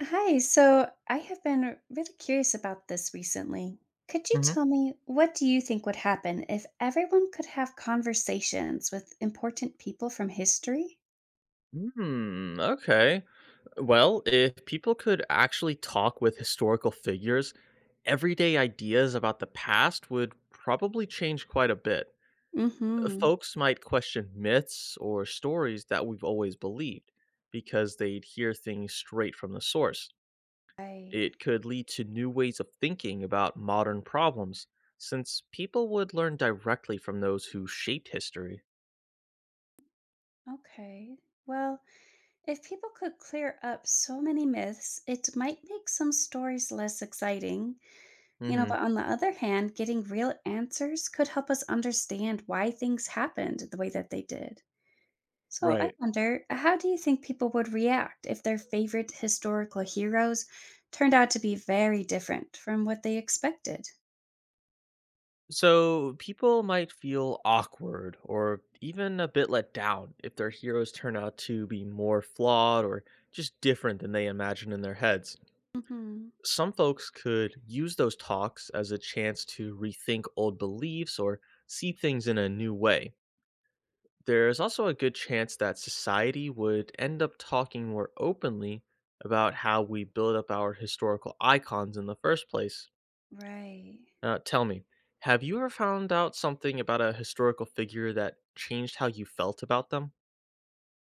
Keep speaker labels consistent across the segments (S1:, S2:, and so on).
S1: Hi, so I have been really curious about this recently. Could you
S2: Mhm.
S1: tell me, what do you think would happen if everyone could have conversations with important people from history?
S2: Hmm, okay. Well, if people could actually talk with historical figures, everyday ideas about the past would probably change quite a bit.
S1: Mm-hmm.
S2: Folks might question myths or stories that we've always believed because they'd hear things straight from the source.
S1: Right.
S2: It could lead to new ways of thinking about modern problems since people would learn directly from those who shaped history.
S1: Okay. Well, if people could clear up so many myths, it might make some stories less exciting. You know, but
S2: Mhm.
S1: on the other hand, getting real answers could help us understand why things happened the way that they did. So I
S2: Right.
S1: wonder, how do you think people would react if their favorite historical heroes turned out to be very different from what they expected?
S2: So, people might feel awkward or even a bit let down if their heroes turn out to be more flawed or just different than they imagined in their heads.
S1: Hmm.
S2: Some folks could use those talks as a chance to rethink old beliefs or see things in a new way. There's also a good chance that society would end up talking more openly about how we build up our historical icons in the first place.
S1: Right.
S2: Now, tell me, have you ever found out something about a historical figure that changed how you felt about them?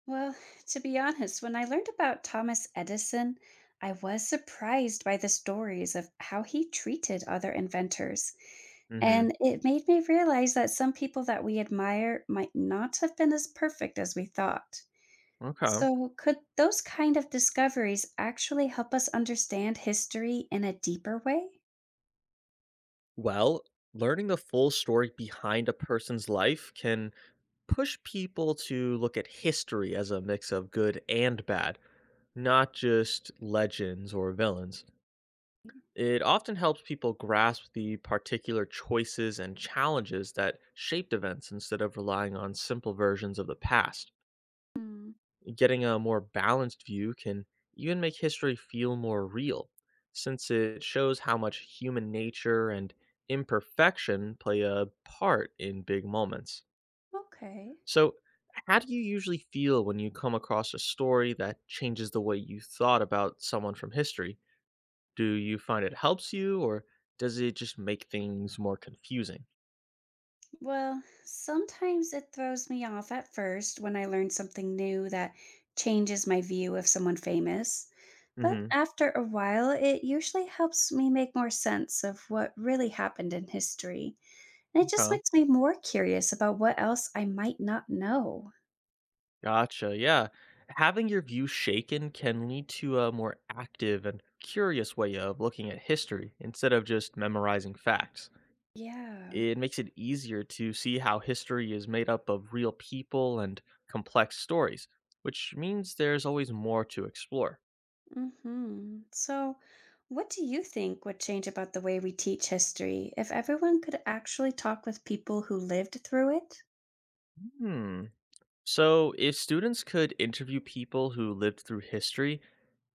S1: Well, to be honest, when I learned about Thomas Edison, I was surprised by the stories of how he treated other inventors.
S2: Mm-hmm.
S1: And it made me realize that some people that we admire might not have been as perfect as we thought.
S2: Okay.
S1: So, could those kind of discoveries actually help us understand history in a deeper way?
S2: Well, learning the full story behind a person's life can push people to look at history as a mix of good and bad, not just legends or villains. It often helps people grasp the particular choices and challenges that shaped events instead of relying on simple versions of the past.
S1: Mm,
S2: Getting a more balanced view can even make history feel more real, since it shows how much human nature and imperfection play a part in big moments.
S1: okay.
S2: So, how do you usually feel when you come across a story that changes the way you thought about someone from history? Do you find it helps you, or does it just make things more confusing?
S1: Well, sometimes it throws me off at first when I learn something new that changes my view of someone famous. But
S2: Hmm.
S1: after a while, it usually helps me make more sense of what really happened in history. And it just makes me more curious about what else I might not know.
S2: Gotcha. Yeah. Having your view shaken can lead to a more active and curious way of looking at history instead of just memorizing facts.
S1: Yeah.
S2: It makes it easier to see how history is made up of real people and complex stories, which means there's always more to explore.
S1: Mhm. So, what do you think would change about the way we teach history if everyone could actually talk with people who lived through it?
S2: Hmm. So, if students could interview people who lived through history,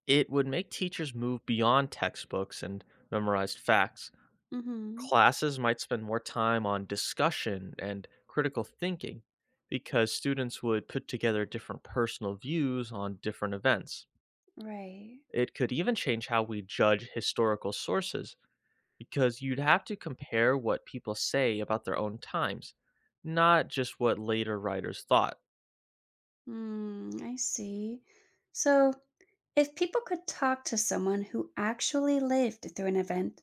S2: it would make teachers move beyond textbooks and memorized facts.
S1: Mhm.
S2: Classes might spend more time on discussion and critical thinking because students would put together different personal views on different events.
S1: Right.
S2: It could even change how we judge historical sources because you'd have to compare what people say about their own times, not just what later writers thought.
S1: Hmm. I see. So, if people could talk to someone who actually lived through an event,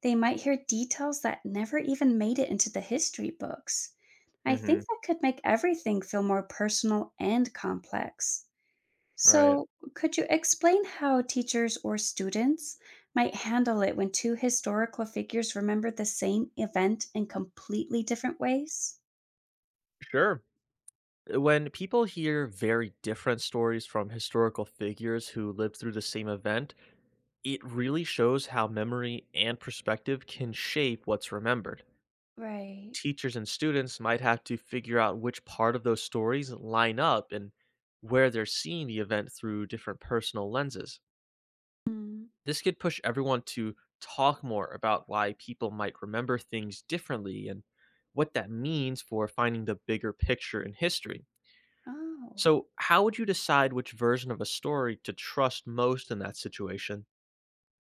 S1: they might hear details that never even made it into the history books. I think
S2: Hmm.
S1: that could make everything feel more personal and complex.
S2: Right.
S1: So, could you explain how teachers or students might handle it when two historical figures remember the same event in completely different ways?
S2: Sure. When people hear very different stories from historical figures who lived through the same event, it really shows how memory and perspective can shape what's remembered.
S1: Right.
S2: Teachers and students might have to figure out which part of those stories line up and where they're seeing the event through different personal lenses.
S1: Hmm.
S2: This could push everyone to talk more about why people might remember things differently and what that means for finding the bigger picture in history.
S1: Oh.
S2: So, how would you decide which version of a story to trust most in that situation?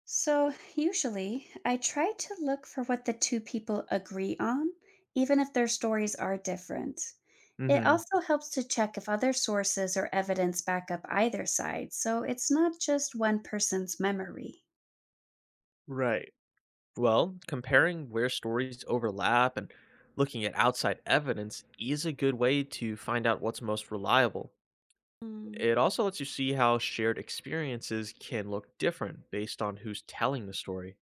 S1: So, usually, I try to look for what the two people agree on, even if their stories are different. It
S2: Mhm.
S1: also helps to check if other sources or evidence back up either side, so it's not just one person's memory.
S2: Right. Well, comparing where stories overlap and looking at outside evidence is a good way to find out what's most reliable.
S1: Hmm.
S2: It also lets you see how shared experiences can look different based on who's telling the story.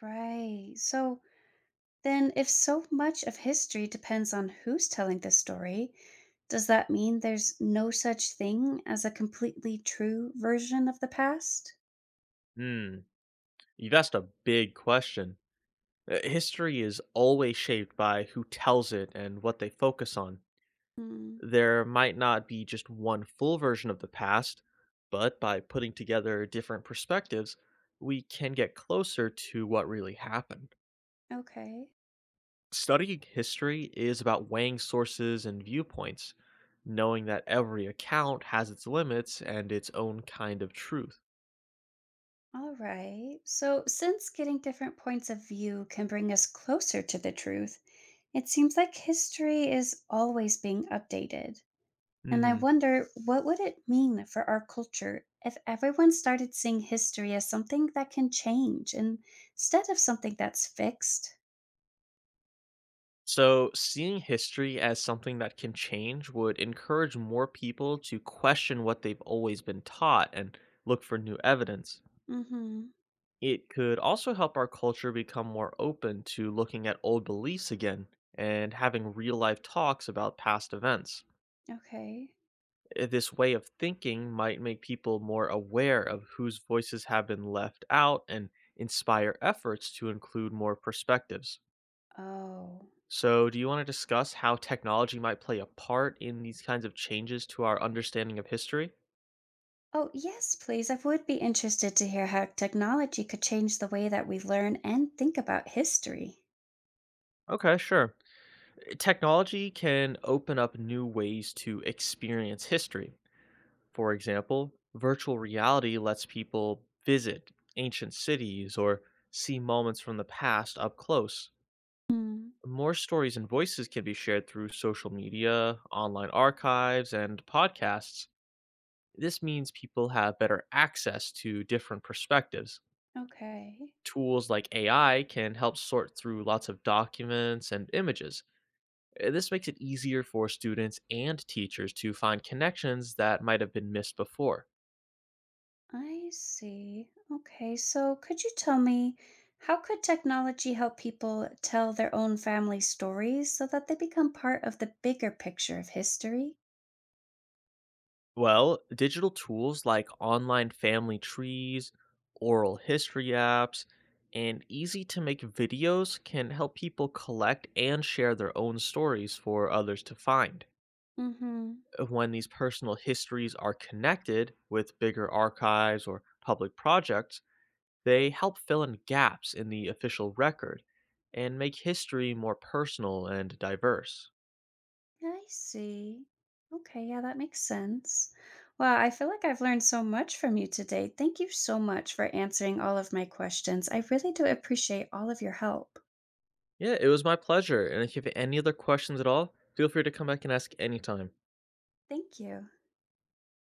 S1: Right. So, then if so much of history depends on who's telling the story, does that mean there's no such thing as a completely true version of the past?
S2: Hmm, you've asked a big question. History is always shaped by who tells it and what they focus on.
S1: Hmm.
S2: There might not be just one full version of the past, but by putting together different perspectives, we can get closer to what really happened.
S1: Okay.
S2: Studying history is about weighing sources and viewpoints, knowing that every account has its limits and its own kind of truth.
S1: All right. So, since getting different points of view can bring us closer to the truth, it seems like history is always being updated. And I
S2: Hmm.
S1: wonder, what would it mean for our culture if everyone started seeing history as something that can change instead of something that's fixed?
S2: So, seeing history as something that can change would encourage more people to question what they've always been taught and look for new evidence.
S1: Mhm.
S2: It could also help our culture become more open to looking at old beliefs again and having real life talks about past events.
S1: Okay.
S2: This way of thinking might make people more aware of whose voices have been left out and inspire efforts to include more perspectives.
S1: Oh.
S2: So, do you want to discuss how technology might play a part in these kinds of changes to our understanding of history?
S1: Oh, yes, please. I would be interested to hear how technology could change the way that we learn and think about history.
S2: Okay, sure. Technology can open up new ways to experience history. For example, virtual reality lets people visit ancient cities or see moments from the past up close.
S1: Hmm.
S2: More stories and voices can be shared through social media, online archives, and podcasts. This means people have better access to different perspectives.
S1: Okay.
S2: Tools like AI can help sort through lots of documents and images. This makes it easier for students and teachers to find connections that might have been missed before.
S1: I see. Okay, so could you tell me, how could technology help people tell their own family stories so that they become part of the bigger picture of history?
S2: Well, digital tools like online family trees, oral history apps, and easy to make videos can help people collect and share their own stories for others to find.
S1: Mm-hmm.
S2: When these personal histories are connected with bigger archives or public projects, they help fill in gaps in the official record and make history more personal and diverse.
S1: I see. Okay, yeah, that makes sense. Well, I feel like I've learned so much from you today. Thank you so much for answering all of my questions. I really do appreciate all of your help.
S2: Yeah, it was my pleasure. And if you have any other questions at all, feel free to come back and ask anytime.
S1: Thank you.